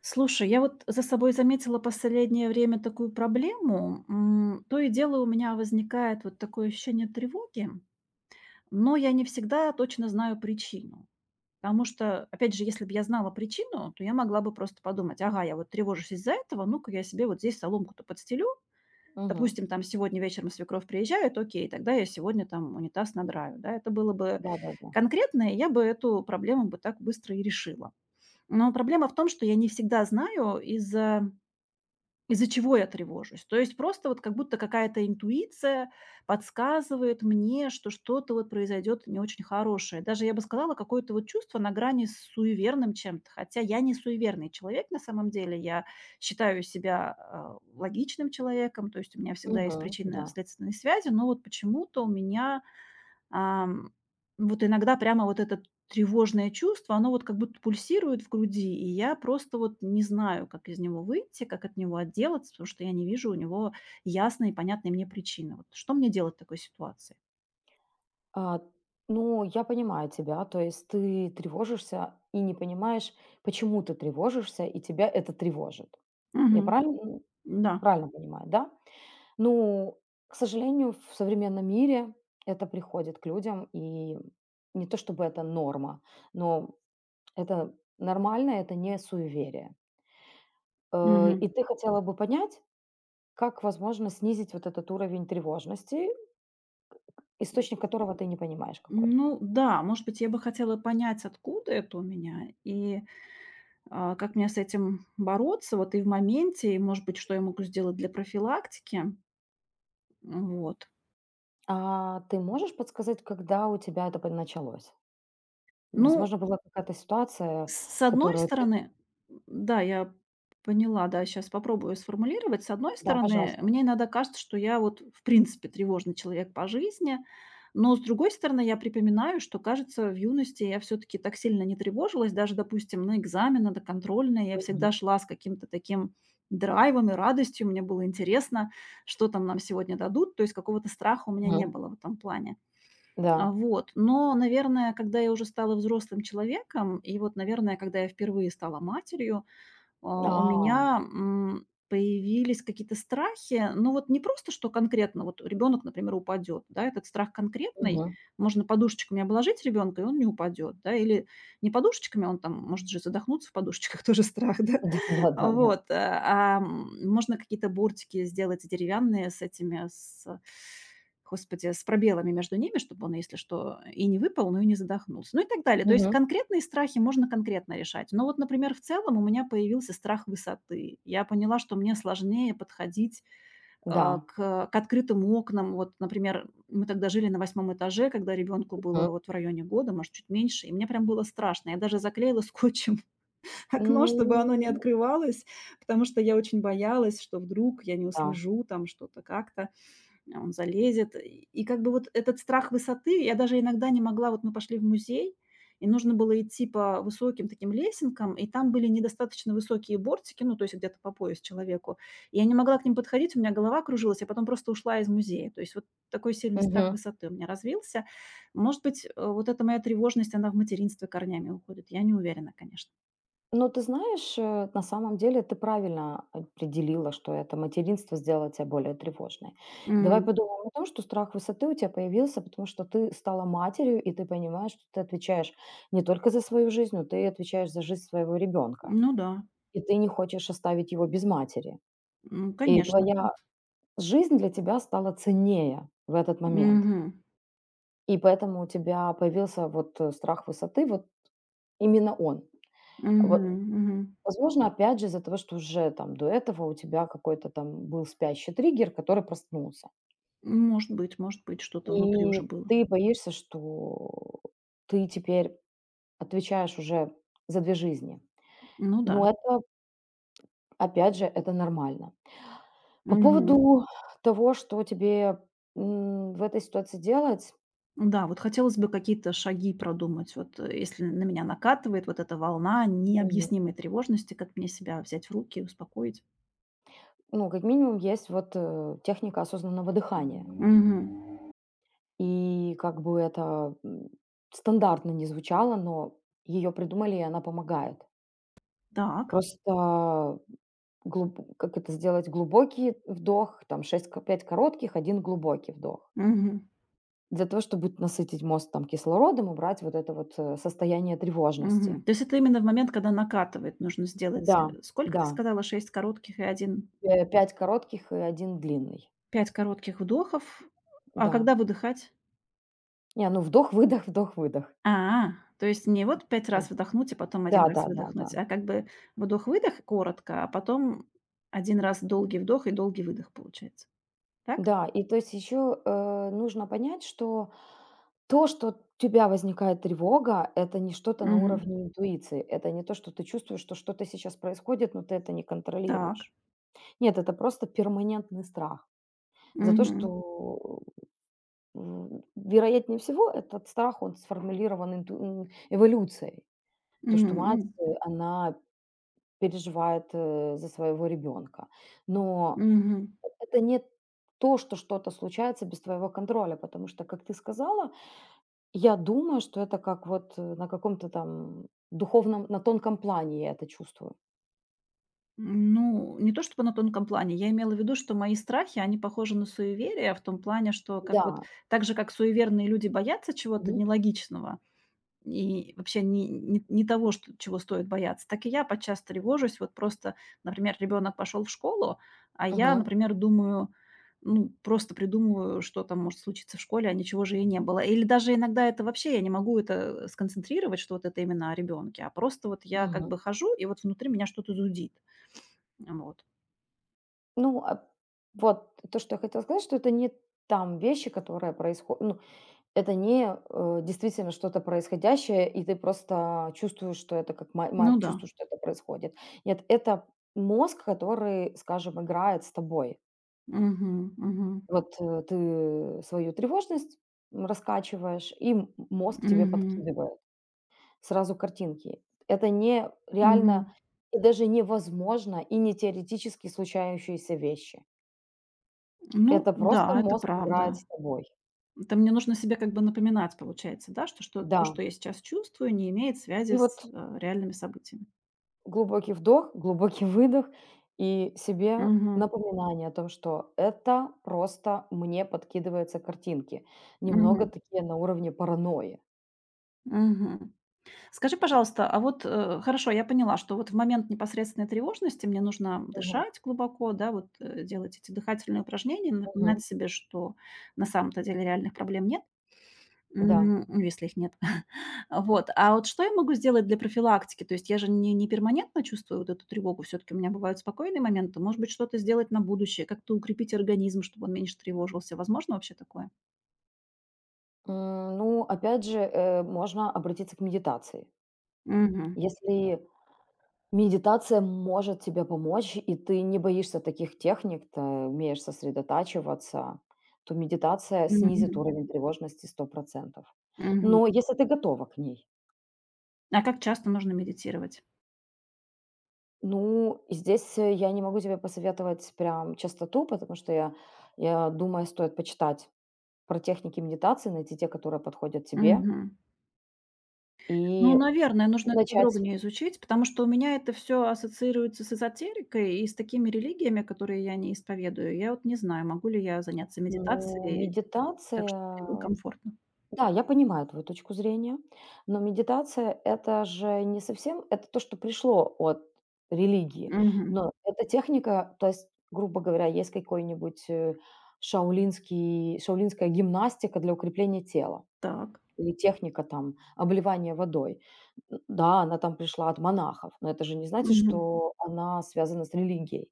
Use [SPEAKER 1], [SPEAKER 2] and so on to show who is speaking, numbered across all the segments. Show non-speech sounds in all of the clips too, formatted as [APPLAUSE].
[SPEAKER 1] Слушай, я вот за собой заметила последнее время такую проблему. То и дело у меня возникает вот такое ощущение тревоги, но я не всегда точно знаю причину. Потому что, опять же, если бы я знала причину, то я могла бы просто подумать, ага, я вот тревожусь из-за этого, ну-ка я себе вот здесь соломку-то подстелю.
[SPEAKER 2] Мгм.
[SPEAKER 1] Допустим, там сегодня вечером свекровь приезжает, окей, тогда я сегодня там унитаз надраю. Да? Это было бы
[SPEAKER 2] Да-да-да.
[SPEAKER 1] конкретно, и я бы эту проблему бы так быстро и решила. Но проблема в том, что я не всегда знаю из-за чего я тревожусь? То есть просто вот как будто какая-то интуиция подсказывает мне, что что-то вот произойдет не очень хорошее. Даже я бы сказала, какое-то вот чувство на грани с суеверным чем-то. Хотя я не суеверный человек на самом деле. Я считаю себя логичным человеком, то есть у меня всегда есть
[SPEAKER 2] Мгм. Да.
[SPEAKER 1] причинно-следственные связи, но вот почему-то у меня Ам, вот иногда прямо вот это тревожное чувство, оно вот как будто пульсирует в груди, и я просто вот не знаю, как из него выйти, как от него отделаться, потому что я не вижу у него ясной и понятной мне причины. Вот что мне делать в такой ситуации?
[SPEAKER 2] А, ну, я понимаю тебя. То есть ты тревожишься и не понимаешь, почему ты тревожишься, и тебя это тревожит. Я
[SPEAKER 1] Мгм.
[SPEAKER 2] правильно ну,
[SPEAKER 1] Да.
[SPEAKER 2] правильно понимаю, да? Ну, к сожалению, в современном мире это приходит к людям, и не то чтобы это норма, но это нормально, это не суеверие. И
[SPEAKER 1] Мгм.
[SPEAKER 2] ты хотела бы понять, как возможно снизить вот этот уровень тревожности, источник которого ты не понимаешь какой.
[SPEAKER 1] Ну да, может быть, я бы хотела понять, откуда это у меня и, как мне с этим бороться вот и в моменте, и, может быть, что я могу сделать для профилактики. Вот.
[SPEAKER 2] А ты можешь подсказать, когда у тебя это по началось?
[SPEAKER 1] Ну,
[SPEAKER 2] Возможно, была какая-то ситуация,
[SPEAKER 1] с одной
[SPEAKER 2] которую ты.
[SPEAKER 1] стороны, да, я поняла, да, сейчас попробую сформулировать. С одной
[SPEAKER 2] Да,
[SPEAKER 1] стороны,
[SPEAKER 2] пожалуйста.
[SPEAKER 1] мне иногда кажется, что я вот в принципе тревожный человек по жизни, но с другой стороны, я припоминаю, что, кажется, в юности я все таки так сильно не тревожилась, даже, допустим, на экзамены, на контрольные. Я
[SPEAKER 2] Мгм.
[SPEAKER 1] всегда шла с каким-то таким драйвом и радостью. Мне было интересно, что там нам сегодня дадут, то есть какого-то страха у меня не
[SPEAKER 2] Мгм.
[SPEAKER 1] было в этом плане.
[SPEAKER 2] Да.
[SPEAKER 1] Вот. Но, наверное, когда я уже стала взрослым человеком, и вот, наверное, когда я впервые стала матерью, у
[SPEAKER 2] А.
[SPEAKER 1] меня, появились какие-то страхи. Ну, вот не просто, что конкретно вот ребенок, например, упадет, да, этот страх конкретный.
[SPEAKER 2] Мгм.
[SPEAKER 1] Можно подушечками обложить ребенка, и он не упадет, да, или не подушечками, он там может же задохнуться в подушечках, [LAUGHS] тоже страх, да.
[SPEAKER 2] [LAUGHS]
[SPEAKER 1] [LAUGHS]
[SPEAKER 2] Да-да-да-да.
[SPEAKER 1] Вот, можно какие-то бортики сделать деревянные с этими, с Господи, с пробелами между ними, чтобы он, если что, и не выпал, но и не задохнулся. Ну и так далее. То есть
[SPEAKER 2] Мгм.
[SPEAKER 1] конкретные страхи можно конкретно решать. Но вот, например, в целом у меня появился страх высоты. Я поняла, что мне сложнее подходить
[SPEAKER 2] Да.
[SPEAKER 1] а, к, к открытым окнам. Вот, например, мы тогда жили на восьмом этаже, когда ребенку
[SPEAKER 2] Мгм.
[SPEAKER 1] было вот в районе года, может, чуть меньше, и мне прям было страшно. Я даже заклеила скотчем [LAUGHS] окно, чтобы оно не
[SPEAKER 2] Ну
[SPEAKER 1] открывалось, потому что я очень боялась, что вдруг я не
[SPEAKER 2] да.
[SPEAKER 1] услежу там что-то как-то. Он залезет. И как бы вот этот страх высоты, я даже иногда не могла вот мы пошли в музей, и нужно было идти по высоким таким лесенкам, и там были недостаточно высокие бортики, ну, то есть где-то по пояс человеку. И я не могла к ним подходить, у меня голова кружилась, я потом просто ушла из музея. То есть вот такой сильный страх
[SPEAKER 2] Мгм.
[SPEAKER 1] высоты у меня развился. Может быть, вот эта моя тревожность, она в материнстве корнями уходит. Я не уверена, конечно.
[SPEAKER 2] Но ты знаешь, на самом деле ты правильно определила, что это материнство сделало тебя более тревожной. Давай
[SPEAKER 1] М,
[SPEAKER 2] подумаем о том, что страх высоты у тебя появился, потому что ты стала матерью, и ты понимаешь, что ты отвечаешь не только за свою жизнь, но ты отвечаешь за жизнь своего ребенка.
[SPEAKER 1] ну да,
[SPEAKER 2] И ты не хочешь оставить его без матери. И
[SPEAKER 1] конечно.
[SPEAKER 2] твоя жизнь для тебя стала ценнее в этот момент.
[SPEAKER 1] Мгм.
[SPEAKER 2] И поэтому у тебя появился вот страх высоты, вот именно он. Вот.
[SPEAKER 1] Мгм. Мгм.
[SPEAKER 2] Возможно, опять же, из-за того, что уже там до этого у тебя какой-то там был спящий триггер, который проснулся.
[SPEAKER 1] Может быть, что-то внутри уже
[SPEAKER 2] И
[SPEAKER 1] было.
[SPEAKER 2] ты боишься, что ты теперь отвечаешь уже за 2 жизни.
[SPEAKER 1] Ну да.
[SPEAKER 2] Но это, опять же, это нормально. По
[SPEAKER 1] Мгм.
[SPEAKER 2] поводу того, что тебе, в этой ситуации делать,
[SPEAKER 1] Да, вот хотелось бы какие-то шаги продумать. Вот, если на меня накатывает вот эта волна
[SPEAKER 2] мгм,
[SPEAKER 1] необъяснимой тревожности, как мне себя взять в руки и успокоить?
[SPEAKER 2] ну, как минимум, есть вот, техника осознанного дыхания.
[SPEAKER 1] Мгм.
[SPEAKER 2] И как бы это, стандартно не звучало, но ее придумали, и она помогает.
[SPEAKER 1] Так.
[SPEAKER 2] Просто глуб как это сделать глубокий вдох, там 6 ко 5 коротких, один глубокий вдох.
[SPEAKER 1] Мгм.
[SPEAKER 2] Для того, чтобы вот насытить мозг там кислородом, убрать вот это вот, состояние
[SPEAKER 1] Мгм.
[SPEAKER 2] тревожности.
[SPEAKER 1] То есть это именно в момент, когда накатывает, нужно сделать,
[SPEAKER 2] Да,
[SPEAKER 1] сколько
[SPEAKER 2] да,
[SPEAKER 1] ты сказала, шесть коротких и один,
[SPEAKER 2] 5 коротких и один длинный.
[SPEAKER 1] 5 коротких вдохов. А
[SPEAKER 2] Да.
[SPEAKER 1] когда выдыхать?
[SPEAKER 2] Не, ну вдох-выдох, вдох-выдох.
[SPEAKER 1] А, то есть не вот 5
[SPEAKER 2] Да.
[SPEAKER 1] раз вдохнуть, а потом один раз
[SPEAKER 2] Да-да-да-да. Да, да.
[SPEAKER 1] выдохнуть,
[SPEAKER 2] Да,
[SPEAKER 1] а как бы вдох-выдох коротко, а потом один раз долгий вдох и долгий выдох получается. Так?
[SPEAKER 2] да, и то есть еще, нужно понять, что то, что у тебя возникает тревога, это не что-то на
[SPEAKER 1] Мгм.
[SPEAKER 2] уровне интуиции. Это не то, что ты чувствуешь, что что-то сейчас происходит, но ты это не
[SPEAKER 1] Так.
[SPEAKER 2] контролируешь. Нет, это просто перманентный страх за то,
[SPEAKER 1] Мгм.
[SPEAKER 2] что, вероятнее всего, этот страх, он сформулирован эволюцией. То, что мать,
[SPEAKER 1] М.
[SPEAKER 2] она переживает, за своего ребенка. Но
[SPEAKER 1] Мгм.
[SPEAKER 2] это не то, что что-то случается без твоего контроля, потому что, как ты сказала, я думаю, что это как вот, на каком-то там духовном, на тонком плане я это чувствую.
[SPEAKER 1] Ну, не то чтобы на тонком плане. Я имела в виду, что мои страхи, они похожи на суеверия в том плане, что как вот
[SPEAKER 2] Да.
[SPEAKER 1] так же, как суеверные люди боятся чего-то
[SPEAKER 2] Мгм.
[SPEAKER 1] нелогичного, и вообще не того, что чего стоит бояться. Так и я подчас тревожусь. Вот просто, например, ребенок пошел в школу, а я,
[SPEAKER 2] Мгм.
[SPEAKER 1] например, думаю, ну, просто придумываю, что там может случиться в школе, а ничего же и не было. Или даже иногда это вообще я не могу это сконцентрировать, что вот это именно о ребенке, а просто вот я как бы
[SPEAKER 2] Мгм.
[SPEAKER 1] хожу, и вот внутри меня что-то зудит. Вот.
[SPEAKER 2] Ну, а вот то, что я хотела сказать, что это не там вещи, которые происходят. Ну, это не, действительно что-то происходящее, и ты просто чувствуешь, что это как ма
[SPEAKER 1] Ну
[SPEAKER 2] мать
[SPEAKER 1] да.
[SPEAKER 2] чувствует, что это происходит. Нет, это мозг, который, скажем, играет с тобой.
[SPEAKER 1] Мгм, мгм,
[SPEAKER 2] Вот, ты свою тревожность раскачиваешь, и мозг тебе
[SPEAKER 1] мгм,
[SPEAKER 2] подкидывает. Сразу картинки. Это не
[SPEAKER 1] мгм.
[SPEAKER 2] реально и даже невозможно, и не теоретически случающиеся вещи.
[SPEAKER 1] Ну
[SPEAKER 2] Это просто
[SPEAKER 1] да, это
[SPEAKER 2] мозг играет
[SPEAKER 1] правда.
[SPEAKER 2] с тобой.
[SPEAKER 1] Это мне нужно себе как бы напоминать, получается, да, что что
[SPEAKER 2] Да.
[SPEAKER 1] то, что я сейчас чувствую, не имеет
[SPEAKER 2] И
[SPEAKER 1] связи с,
[SPEAKER 2] вот
[SPEAKER 1] реальными событиями.
[SPEAKER 2] глубокий вдох, глубокий [LAUGHS] выдох и себе
[SPEAKER 1] Мгм.
[SPEAKER 2] напоминание о том, что это просто мне подкидываются картинки. Немного
[SPEAKER 1] Мгм.
[SPEAKER 2] такие на уровне паранойи.
[SPEAKER 1] Мгм. Скажи, пожалуйста, а вот, хорошо, я поняла, что вот в момент непосредственной тревожности мне нужно
[SPEAKER 2] Мгм.
[SPEAKER 1] дышать глубоко, да, вот, делать эти дыхательные упражнения,
[SPEAKER 2] Мгм.
[SPEAKER 1] напоминать себе, что на самом-то деле реальных проблем нет,
[SPEAKER 2] Да.
[SPEAKER 1] ну, если их нет. [LAUGHS] Вот. А вот что я могу сделать для профилактики? То есть я же не перманентно чувствую вот эту тревогу, все-таки у меня бывают спокойные моменты. Может быть, что-то сделать на будущее, как-то укрепить организм, чтобы он меньше тревожился. Возможно вообще такое?
[SPEAKER 2] Ну, опять же, можно обратиться к медитации.
[SPEAKER 1] Мгм.
[SPEAKER 2] Если медитация может тебе помочь, и ты не боишься таких техник, ты умеешь сосредотачиваться, то медитация снизит
[SPEAKER 1] Мгм.
[SPEAKER 2] уровень тревожности 100%.
[SPEAKER 1] Мгм.
[SPEAKER 2] Но если ты готова к ней,
[SPEAKER 1] А как часто нужно медитировать?
[SPEAKER 2] ну, здесь я не могу тебе посоветовать прям частоту, потому что я думаю, стоит почитать про техники медитации, найти те, которые подходят тебе,
[SPEAKER 1] Мгм. Ну,
[SPEAKER 2] и
[SPEAKER 1] наверное, нужно это
[SPEAKER 2] начать.
[SPEAKER 1] подробнее изучить, потому что у меня это все ассоциируется с эзотерикой и с такими религиями, которые я не исповедую. Я вот не знаю, могу ли я заняться
[SPEAKER 2] Ну,
[SPEAKER 1] медитацией так,
[SPEAKER 2] медитация.
[SPEAKER 1] чтобы мне было комфортно.
[SPEAKER 2] Да, я понимаю твою точку зрения, но медитация- это же не совсем это то, что пришло от религии,
[SPEAKER 1] Мгм.
[SPEAKER 2] но эта техника, то есть, грубо говоря, есть какой-нибудь, шаолинский шаолинская гимнастика для укрепления тела
[SPEAKER 1] Так.
[SPEAKER 2] или техника там обливания водой. Н да, она там пришла от монахов, но это же не значит,
[SPEAKER 1] Мгм.
[SPEAKER 2] что она связана с религией.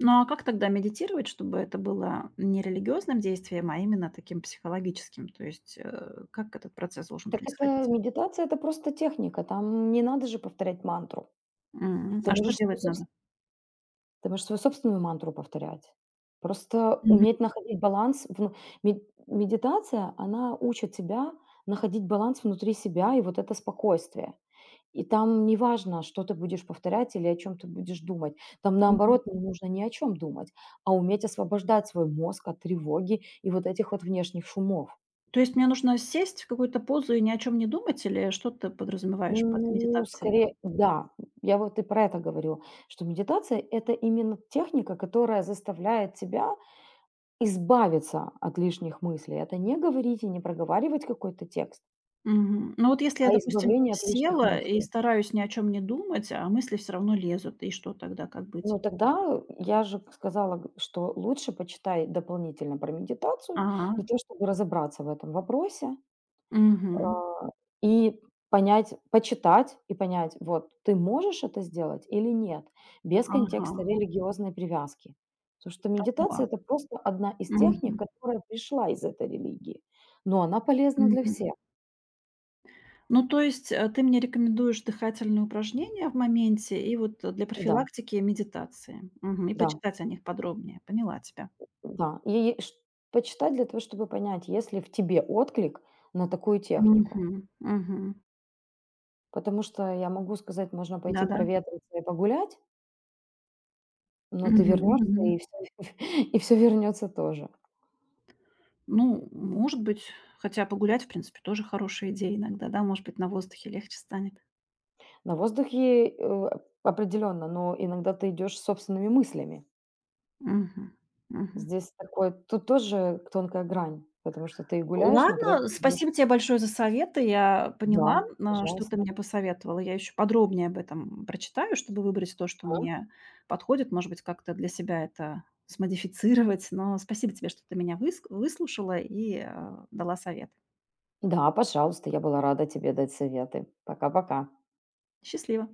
[SPEAKER 1] Ну, а как тогда медитировать, чтобы это было не религиозным действием, а именно таким психологическим? То есть, как этот процесс должен
[SPEAKER 2] Так это
[SPEAKER 1] происходить?
[SPEAKER 2] медитация- это просто техника, там не надо же повторять мантру. Ты
[SPEAKER 1] А что
[SPEAKER 2] можешь
[SPEAKER 1] делать
[SPEAKER 2] свою
[SPEAKER 1] надо?
[SPEAKER 2] Ты можешь свою собственную мантру повторять. Просто
[SPEAKER 1] Мгм,
[SPEAKER 2] уметь находить баланс. Вну мед медитация, она учит тебя находить баланс внутри себя и вот это спокойствие. И там не важно, что ты будешь повторять или о чем ты будешь думать. Там,
[SPEAKER 1] мгм.
[SPEAKER 2] наоборот, не нужно ни о чем думать, а уметь освобождать свой мозг от тревоги и вот этих вот внешних шумов.
[SPEAKER 1] То есть мне нужно сесть в какую-то позу и ни о чем не думать или что ты подразумеваешь под
[SPEAKER 2] Ну,
[SPEAKER 1] медитацией?
[SPEAKER 2] скорее, да, я вот и про это говорю, что медитация- это именно техника, которая заставляет тебя избавиться от лишних мыслей. Это не говорить и не проговаривать какой-то текст,
[SPEAKER 1] Мгм. Ну, вот если
[SPEAKER 2] а
[SPEAKER 1] я, допустим,
[SPEAKER 2] избавление от лишних
[SPEAKER 1] села и
[SPEAKER 2] мыслей.
[SPEAKER 1] стараюсь ни о чем не думать, а мысли все равно лезут, и что тогда, как быть?
[SPEAKER 2] Ну, тогда я же сказала, что лучше почитай дополнительно про медитацию
[SPEAKER 1] А,
[SPEAKER 2] для того, чтобы разобраться в этом вопросе,
[SPEAKER 1] мгм,
[SPEAKER 2] а, и почитать и понять, вот ты можешь это сделать или нет, без
[SPEAKER 1] ага,
[SPEAKER 2] контекста религиозной привязки. Потому что
[SPEAKER 1] поняла.
[SPEAKER 2] медитация это просто одна из техник,
[SPEAKER 1] Мгм,
[SPEAKER 2] которая пришла из этой религии, но она полезна для
[SPEAKER 1] мгм.
[SPEAKER 2] всех.
[SPEAKER 1] Ну, то есть, ты мне рекомендуешь дыхательные упражнения в моменте и вот, для
[SPEAKER 2] Да,
[SPEAKER 1] профилактики медитации. Мгм. И
[SPEAKER 2] да.
[SPEAKER 1] почитать о них подробнее. Поняла тебя.
[SPEAKER 2] Да, и ш почитать для того, чтобы понять, есть ли в тебе отклик на такую технику.
[SPEAKER 1] Мгм. Мгм.
[SPEAKER 2] Потому что я могу сказать, можно пойти
[SPEAKER 1] Да-да.
[SPEAKER 2] проветриться и погулять, но ты
[SPEAKER 1] Мгм.
[SPEAKER 2] вернешься,
[SPEAKER 1] Мгм.
[SPEAKER 2] и все [LAUGHS] и всё вернется тоже.
[SPEAKER 1] Ну, может быть, хотя погулять, в принципе, тоже хорошая идея иногда, да? Может быть, на воздухе легче станет.
[SPEAKER 2] На воздухе, определенно, но иногда ты идешь с собственными мыслями.
[SPEAKER 1] Мгм. Мгм.
[SPEAKER 2] Здесь такой тут тоже тонкая грань, потому что ты и гуляешь, но при этом
[SPEAKER 1] Ладно,
[SPEAKER 2] идешь.
[SPEAKER 1] спасибо тебе большое за советы. Я
[SPEAKER 2] Да,
[SPEAKER 1] поняла, что ты
[SPEAKER 2] пожалуйста.
[SPEAKER 1] мне посоветовала. Я еще подробнее об этом прочитаю, чтобы выбрать то, что
[SPEAKER 2] А?
[SPEAKER 1] мне подходит. Может быть, как-то для себя это смодифицировать. Но спасибо тебе, что ты меня выслушала и дала совет.
[SPEAKER 2] Да, пожалуйста, я была рада тебе дать советы. Пока-пока.
[SPEAKER 1] Счастливо.